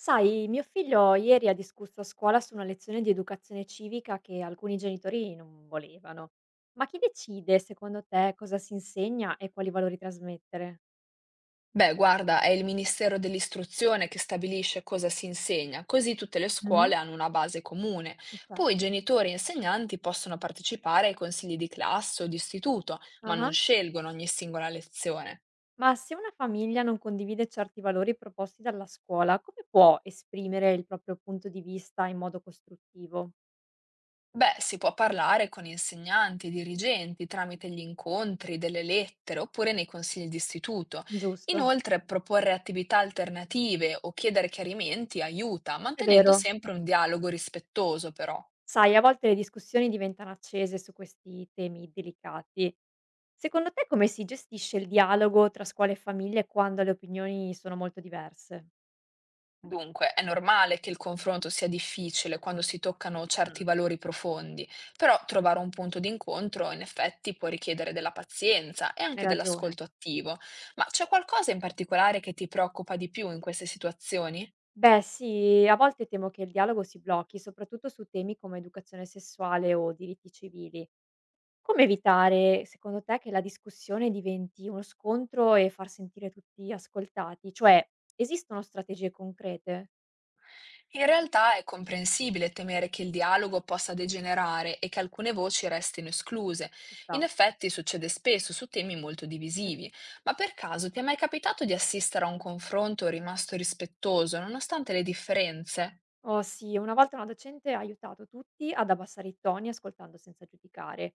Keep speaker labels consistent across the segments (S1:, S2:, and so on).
S1: Sai, mio figlio ieri ha discusso a scuola su una lezione di educazione civica che alcuni genitori non volevano. Ma chi decide, secondo te, cosa si insegna e quali valori trasmettere?
S2: Beh, guarda, è il Ministero dell'Istruzione che stabilisce cosa si insegna, così tutte le
S1: Mhm.
S2: scuole hanno una base comune. Poi
S1: Certo.
S2: genitori e insegnanti possono partecipare ai consigli di classe o di istituto, ma non
S1: Ah,
S2: scelgono ogni singola lezione.
S1: ma se una famiglia non condivide certi valori proposti dalla scuola, come può esprimere il proprio punto di vista in modo costruttivo?
S2: Beh, si può parlare con insegnanti, e dirigenti, tramite gli incontri, delle lettere oppure nei consigli di istituto.
S1: Giusto,
S2: Inoltre, proporre attività alternative o chiedere chiarimenti aiuta,
S1: è
S2: mantenendo
S1: vero.
S2: sempre un dialogo rispettoso, però.
S1: Sai, a volte le discussioni diventano accese su questi temi delicati. Secondo te come si gestisce il dialogo tra scuola e famiglie quando le opinioni sono molto diverse?
S2: Dunque, è normale che il confronto sia difficile quando si toccano certi
S1: Mm.
S2: valori profondi, però trovare un punto d'incontro in effetti può richiedere della pazienza e
S1: Hai
S2: anche
S1: ragione.
S2: dell'ascolto attivo. Ma c'è qualcosa in particolare che ti preoccupa di più in queste situazioni?
S1: Beh, sì, a volte temo che il dialogo si blocchi, soprattutto su temi come educazione sessuale o diritti civili. Come evitare, secondo te, che la discussione diventi uno scontro e far sentire tutti ascoltati? Cioè, esistono strategie concrete?
S2: In realtà è comprensibile temere che il dialogo possa degenerare e che alcune voci restino escluse.
S1: Ci
S2: In
S1: sta.
S2: effetti succede spesso su temi molto divisivi, ma per caso ti è mai capitato di assistere a un confronto rimasto rispettoso nonostante le differenze?
S1: Oh sì, una volta una docente ha aiutato tutti ad abbassare i toni ascoltando senza giudicare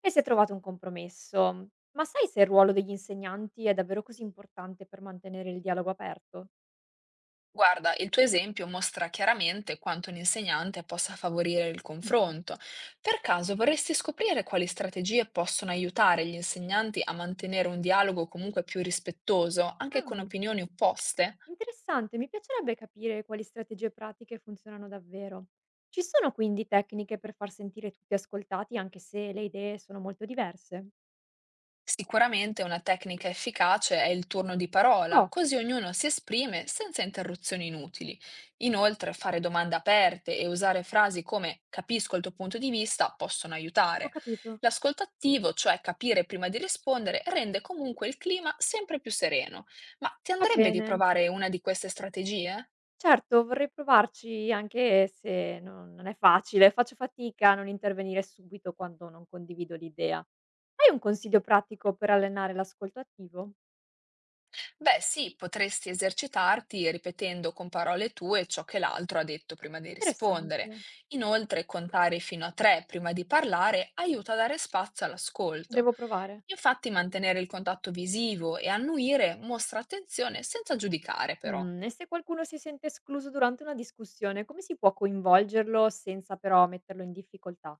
S1: e si è trovato un compromesso. Ma sai se il ruolo degli insegnanti è davvero così importante per mantenere il dialogo aperto?
S2: Guarda, il tuo esempio mostra chiaramente quanto un insegnante possa favorire il
S1: Mhm.
S2: confronto. Per caso vorresti scoprire quali strategie possono aiutare gli insegnanti a mantenere un dialogo comunque più rispettoso, anche
S1: Ah,
S2: con opinioni opposte?
S1: interessante, mi piacerebbe capire quali strategie pratiche funzionano davvero. Ci sono quindi tecniche per far sentire tutti ascoltati anche se le idee sono molto diverse?
S2: Sicuramente una tecnica efficace è il turno di parola,
S1: Oh,
S2: così ognuno si esprime senza interruzioni inutili. Inoltre, fare domande aperte e usare frasi come capisco il tuo punto di vista possono
S1: ho
S2: aiutare.
S1: capito.
S2: L'ascolto attivo, cioè capire prima di rispondere, rende comunque il clima sempre più sereno. Ma ti
S1: Va
S2: andrebbe di
S1: bene.
S2: provare una di queste strategie?
S1: Certo, vorrei provarci anche se non è facile, faccio fatica a non intervenire subito quando non condivido l'idea. Hai un consiglio pratico per allenare l'ascolto attivo?
S2: Beh, sì, potresti esercitarti ripetendo con parole tue ciò che l'altro ha detto prima di
S1: Interessante,
S2: rispondere. Inoltre, contare fino a tre prima di parlare aiuta a dare spazio all'ascolto.
S1: devo provare.
S2: Infatti, mantenere il contatto visivo e annuire mostra attenzione senza giudicare, però.
S1: Mm, e se qualcuno si sente escluso durante una discussione, come si può coinvolgerlo senza però metterlo in difficoltà?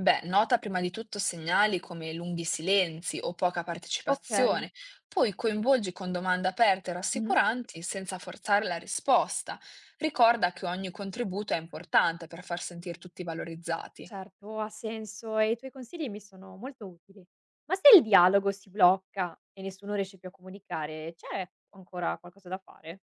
S2: Beh, nota prima di tutto segnali come lunghi silenzi o poca
S1: Ok.
S2: partecipazione, poi coinvolgi con domande aperte e rassicuranti senza forzare la risposta. Ricorda che ogni contributo è importante per far sentire tutti valorizzati.
S1: Certo, ha senso e i tuoi consigli mi sono molto utili. Ma se il dialogo si blocca e nessuno riesce più a comunicare, c'è ancora qualcosa da fare?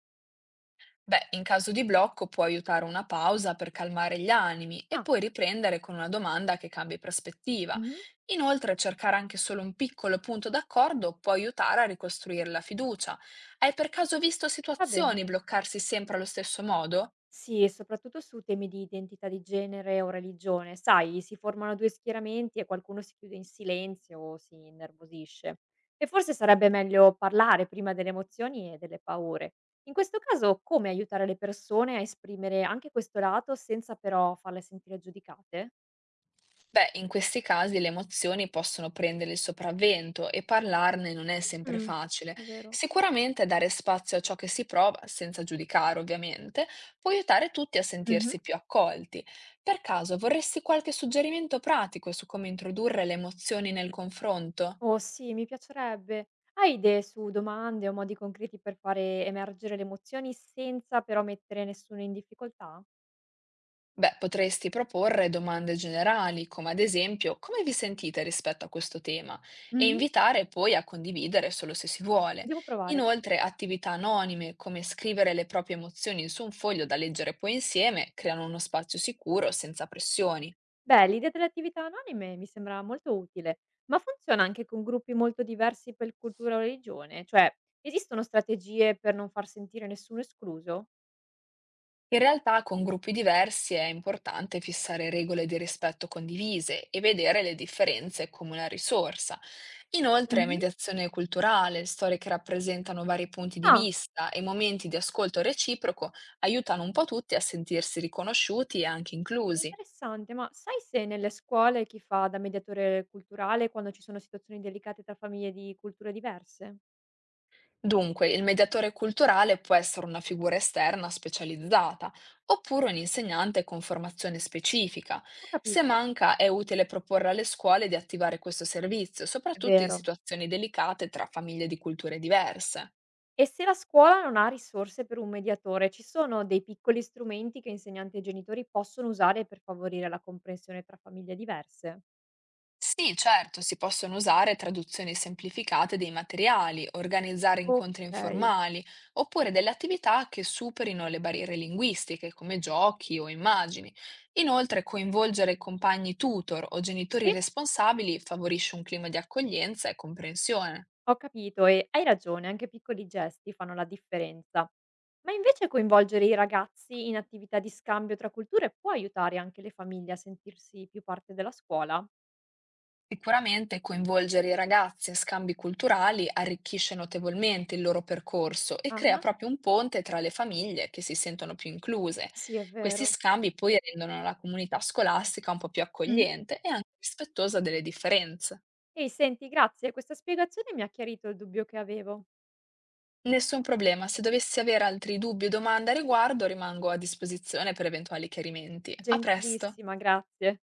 S2: Beh, in caso di blocco può aiutare una pausa per calmare gli animi e
S1: Ah.
S2: poi riprendere con una domanda che cambi prospettiva.
S1: Mhm.
S2: Inoltre, cercare anche solo un piccolo punto d'accordo può aiutare a ricostruire la fiducia. Hai per caso visto
S1: Va
S2: situazioni
S1: bene.
S2: bloccarsi sempre allo stesso modo?
S1: Sì, e soprattutto su temi di identità di genere o religione. Sai, si formano due schieramenti e qualcuno si chiude in silenzio o si innervosisce. E forse sarebbe meglio parlare prima delle emozioni e delle paure. In questo caso, come aiutare le persone a esprimere anche questo lato senza però farle sentire giudicate?
S2: Beh, in questi casi le emozioni possono prendere il sopravvento e parlarne non è sempre
S1: Mh.
S2: facile.
S1: È vero.
S2: Sicuramente dare spazio a ciò che si prova, senza giudicare ovviamente, può aiutare tutti a
S1: Mh-mh.
S2: sentirsi più accolti. Per caso vorresti qualche suggerimento pratico su come introdurre le emozioni nel confronto?
S1: Oh sì, mi piacerebbe. Hai idee su domande o modi concreti per fare emergere le emozioni senza però mettere nessuno in difficoltà?
S2: Beh, potresti proporre domande generali, come ad esempio come vi sentite rispetto a questo tema, e
S1: Mh-mh.
S2: invitare poi a condividere solo se si vuole.
S1: Devo provare.
S2: Inoltre, attività anonime, come scrivere le proprie emozioni su un foglio da leggere poi insieme, creano uno spazio sicuro senza pressioni.
S1: Beh, l'idea delle attività anonime mi sembra molto utile, ma funziona anche con gruppi molto diversi per cultura o religione? Cioè, esistono strategie per non far sentire nessuno escluso?
S2: In realtà, con gruppi diversi è importante fissare regole di rispetto condivise e vedere le differenze come una risorsa. Inoltre,
S1: Mh-mh.
S2: mediazione culturale, storie che rappresentano vari punti di
S1: Ah.
S2: vista e momenti di ascolto reciproco aiutano un po' tutti a sentirsi riconosciuti e anche inclusi.
S1: Interessante, ma sai se nelle scuole chi fa da mediatore culturale quando ci sono situazioni delicate tra famiglie di culture diverse?
S2: Dunque, il mediatore culturale può essere una figura esterna specializzata, oppure un insegnante con formazione specifica.
S1: Ho
S2: Se
S1: capito.
S2: manca, è utile proporre alle scuole di attivare questo servizio,
S1: È
S2: soprattutto in
S1: vero.
S2: situazioni delicate tra famiglie di culture diverse.
S1: E se la scuola non ha risorse per un mediatore, ci sono dei piccoli strumenti che insegnanti e genitori possono usare per favorire la comprensione tra famiglie diverse?
S2: Sì, certo, si possono usare traduzioni semplificate dei materiali, organizzare incontri
S1: Ok.
S2: informali, oppure delle attività che superino le barriere linguistiche, come giochi o immagini. Inoltre, coinvolgere compagni tutor o genitori
S1: Sì?
S2: responsabili favorisce un clima di accoglienza e comprensione.
S1: Ho capito e hai ragione, anche piccoli gesti fanno la differenza. Ma invece coinvolgere i ragazzi in attività di scambio tra culture può aiutare anche le famiglie a sentirsi più parte della scuola?
S2: Sicuramente coinvolgere i ragazzi a scambi culturali arricchisce notevolmente il loro percorso e crea
S1: Ah,
S2: proprio un ponte tra le famiglie che si sentono più incluse.
S1: sì, è
S2: Questi
S1: vero.
S2: scambi poi rendono la comunità scolastica un po' più
S1: Mhm.
S2: accogliente e anche rispettosa delle differenze.
S1: Ehi, senti, grazie, questa spiegazione mi ha chiarito il dubbio che avevo.
S2: Nessun problema, se dovessi avere altri dubbi o domande a riguardo rimango a disposizione per eventuali chiarimenti. A presto!
S1: Gentilissima, grazie.